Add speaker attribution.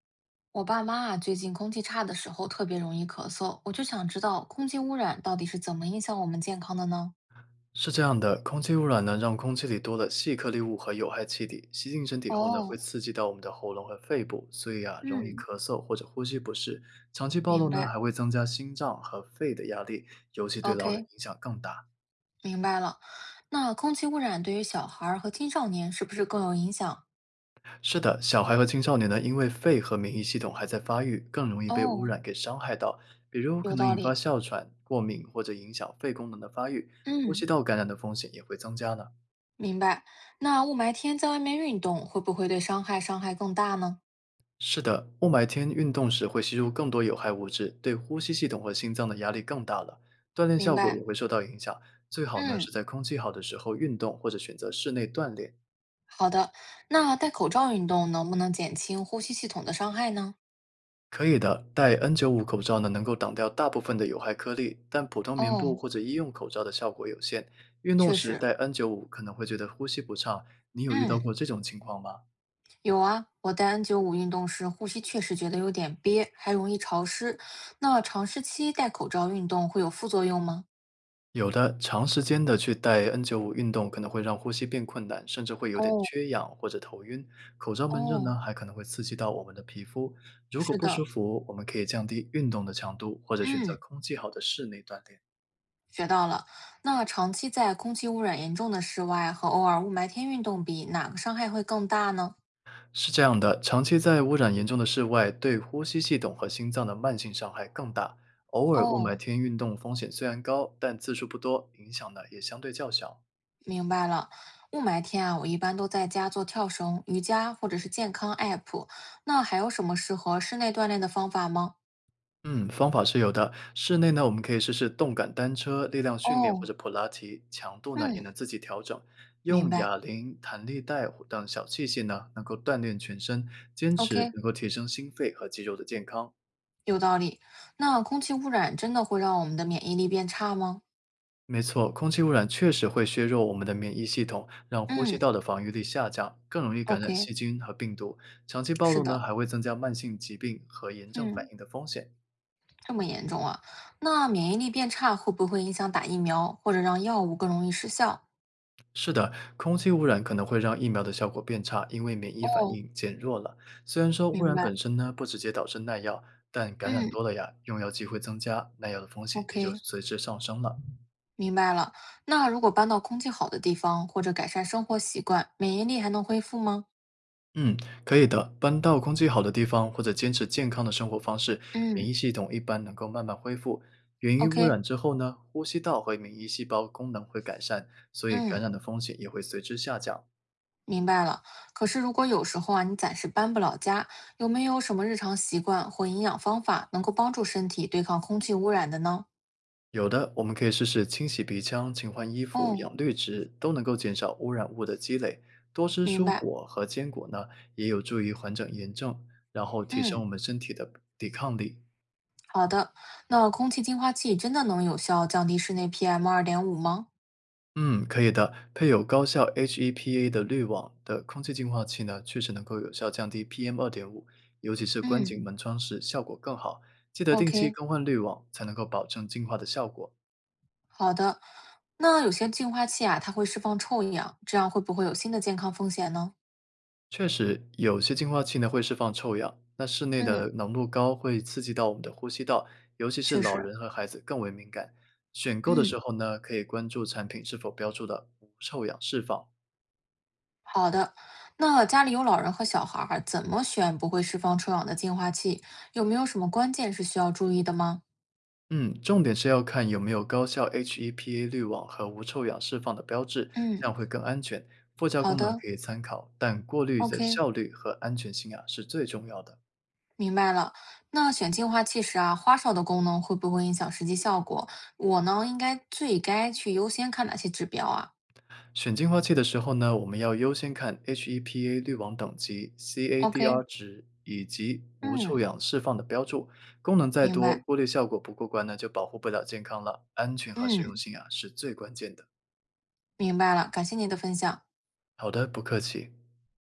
Speaker 1: 我爸妈啊，最近空气差的时候特别容易咳嗽，我就想知道空气污染到底是怎么影响我们健康的呢？
Speaker 2: 是这样的，空气污染呢，让空气里多了细颗粒物和有害气体，吸进身体后呢，会
Speaker 1: 哦，
Speaker 2: 刺激到我们的喉咙和肺部，所以啊，容易
Speaker 1: 嗯，
Speaker 2: 咳嗽或者呼吸不适。长期暴露
Speaker 1: 明
Speaker 2: 呢，
Speaker 1: 白。
Speaker 2: 还会增加心脏和肺的压力，尤其对老人
Speaker 1: OK，
Speaker 2: 影响更大。
Speaker 1: 明白了。那空气污染对于小孩儿和青少年是不是更有影响？
Speaker 2: 是的，小孩和青少年呢，因为肺和免疫系统还在发育，更容易被污
Speaker 1: 哦，
Speaker 2: 染给伤害到，比如可
Speaker 1: 有
Speaker 2: 能
Speaker 1: 道
Speaker 2: 引发
Speaker 1: 理。
Speaker 2: 哮喘、过敏或者影响肺功能的发育，呼吸
Speaker 1: 嗯，
Speaker 2: 道感染的风险也会增加呢。
Speaker 1: 明白。那雾霾天在外面运动会不会对伤害更大呢？
Speaker 2: 是的，雾霾天运动时会吸入更多有害物质，对呼吸系统和心脏的压力更大了，锻炼
Speaker 1: 明
Speaker 2: 效果
Speaker 1: 白。
Speaker 2: 也会受到影响。最好呢
Speaker 1: 嗯，
Speaker 2: 是在空气好的时候运动，或者选择室内锻炼。
Speaker 1: 好的。那戴口罩运动能不能减轻呼吸系统的伤害呢？
Speaker 2: 可以的，戴 N95 口罩呢能够挡掉大部分的有害颗粒，但普通棉布
Speaker 1: 哦，
Speaker 2: 或者医用口罩的效果有限。运动
Speaker 1: 确
Speaker 2: 时
Speaker 1: 实。
Speaker 2: 戴 N95 可能会觉得呼吸不畅，你有遇到
Speaker 1: 嗯。
Speaker 2: 过这种情况吗？
Speaker 1: 有啊，我戴 N95运动时，呼吸确实觉得有点憋，还容易潮湿。那长时期戴口罩运动会有副作用吗？
Speaker 2: 有的，长时间的去戴 N95 运动可能会让呼吸变困难，甚至会有点
Speaker 1: 哦
Speaker 2: 缺氧或者头晕。口罩闷热呢，
Speaker 1: 哦，
Speaker 2: 还可能会刺激到我们的皮肤。如果
Speaker 1: 是
Speaker 2: 不舒
Speaker 1: 的，
Speaker 2: 服，我们可以降低运动的强度，或者选择
Speaker 1: 嗯，
Speaker 2: 空气好的室内锻炼。
Speaker 1: 学到了。那长期在空气污染严重的室外和偶尔雾霾天运动比，哪个伤害会更大呢？
Speaker 2: 是这样的，长期在污染严重的室外，对呼吸系统和心脏的慢性伤害更大。偶尔雾霾
Speaker 1: 哦，
Speaker 2: 天运动风险虽然高，但次数不多，影响呢也相对较小。
Speaker 1: 明白了。雾霾天啊，我一般都在家做跳绳、瑜伽或者是健康 app。那还有什么适合室内锻炼的方法吗？
Speaker 2: 嗯，方法是有的。室内呢，我们可以试试动感单车、力量训练或者
Speaker 1: 哦，
Speaker 2: 普拉提，强度呢也
Speaker 1: 嗯，
Speaker 2: 能自己调整。
Speaker 1: 明
Speaker 2: 用
Speaker 1: 白。
Speaker 2: 哑铃、弹力带或等小器械呢，能够锻炼全身，坚持
Speaker 1: OK。
Speaker 2: 能够提升心肺和肌肉的健康。
Speaker 1: 有道理。那空气污染真的会让我们的免疫力变差吗？
Speaker 2: 没错，空气污染确实会削弱我们的免疫系统，让呼吸
Speaker 1: 嗯
Speaker 2: 道的防御力下降，更容易感染细
Speaker 1: ，OK，
Speaker 2: 菌和病毒。长期暴
Speaker 1: 是
Speaker 2: 露呢，
Speaker 1: 的，
Speaker 2: 还会增加慢性疾病和炎症反
Speaker 1: 嗯，
Speaker 2: 应的风险。
Speaker 1: 这么严重啊？那免疫力变差会不会影响打疫苗，或者让药物更容易失效？
Speaker 2: 是的，空气污染可能会让疫苗的效果变差，因为免疫反
Speaker 1: 哦，
Speaker 2: 应减弱了。虽然说污
Speaker 1: 明
Speaker 2: 染
Speaker 1: 白。
Speaker 2: 本身呢不直接导致耐药，但感染
Speaker 1: 嗯
Speaker 2: 多了呀，用药机会增加，耐药的风险也就
Speaker 1: ，OK，
Speaker 2: 随之上升了。
Speaker 1: 明白了。那如果搬到空气好的地方，或者改善生活习惯，免疫力还能恢复吗？
Speaker 2: 嗯，可以的，搬到空气好的地方，或者坚持健康的生活方式，免
Speaker 1: 嗯
Speaker 2: 疫系统一般能够慢慢恢复。源于污
Speaker 1: ，OK，
Speaker 2: 染之后呢，呼吸道和免疫细胞功能会改善，所以感染
Speaker 1: 嗯。
Speaker 2: 的风险也会随之下降。
Speaker 1: 明白了。可是如果有时候啊，你暂时搬不了家，有没有什么日常习惯或营养方法能够帮助身体对抗空气污染的呢？
Speaker 2: 有的，我们可以试试清洗鼻腔、勤换衣服、
Speaker 1: 哦，
Speaker 2: 养绿植，都能够减少污染物的积累。多吃
Speaker 1: 明
Speaker 2: 蔬
Speaker 1: 白。
Speaker 2: 果和坚果呢，也有助于缓解炎症，然后提升
Speaker 1: 嗯，
Speaker 2: 我们身体的抵抗力。
Speaker 1: 好的。那空气净化器真的能有效降低室内 PM2.5吗？
Speaker 2: 嗯，可以的。配有高效 HEPA 的滤网的空气净化器呢，确实能够有效降低 PM2.5，尤其是关
Speaker 1: 嗯
Speaker 2: 紧门窗时效果更好。记得定期
Speaker 1: ，OK，
Speaker 2: 更换滤网，才能够保证净化的效果。
Speaker 1: 好的。那有些净化器啊，它会释放臭氧，这样会不会有新的健康风险呢？
Speaker 2: 确实，有些净化器呢会释放臭氧，那室内的
Speaker 1: 嗯，
Speaker 2: 浓度高会刺激到我们的呼吸道，尤其是
Speaker 1: 确
Speaker 2: 老
Speaker 1: 实。
Speaker 2: 人和孩子更为敏感。选购的时
Speaker 1: 嗯。
Speaker 2: 候呢，可以关注产品是否标注的无臭氧释放。
Speaker 1: 好的，那家里有老人和小孩儿，怎么选不会释放臭氧的净化器？有没有什么关键是需要注意的吗？
Speaker 2: 嗯，重点是要看有没有高效 HEPA 滤网和无臭氧释放的标志，这
Speaker 1: 嗯，
Speaker 2: 样会更安全。附加
Speaker 1: 好
Speaker 2: 功能
Speaker 1: 的
Speaker 2: 可以参考，但过滤的
Speaker 1: ，OK，
Speaker 2: 效率和安全性啊是最重要的。
Speaker 1: 明白了。那选净化器时啊，花哨的功能会不会影响实际效果？我呢，应该最该去优先看哪些指标啊
Speaker 2: 选净化器的时候呢，我们要优先看 HEPA 滤网等级、CADR
Speaker 1: ？OK，
Speaker 2: 值以及无
Speaker 1: 嗯，
Speaker 2: 臭氧释放的标注。功能再
Speaker 1: 明
Speaker 2: 多，
Speaker 1: 白，
Speaker 2: 过滤效果不过关呢，就保护不了健康了。安全和实用
Speaker 1: 嗯，
Speaker 2: 性啊，是最关键的。
Speaker 1: 明白了，感谢您的分享。
Speaker 2: 好的，不客气。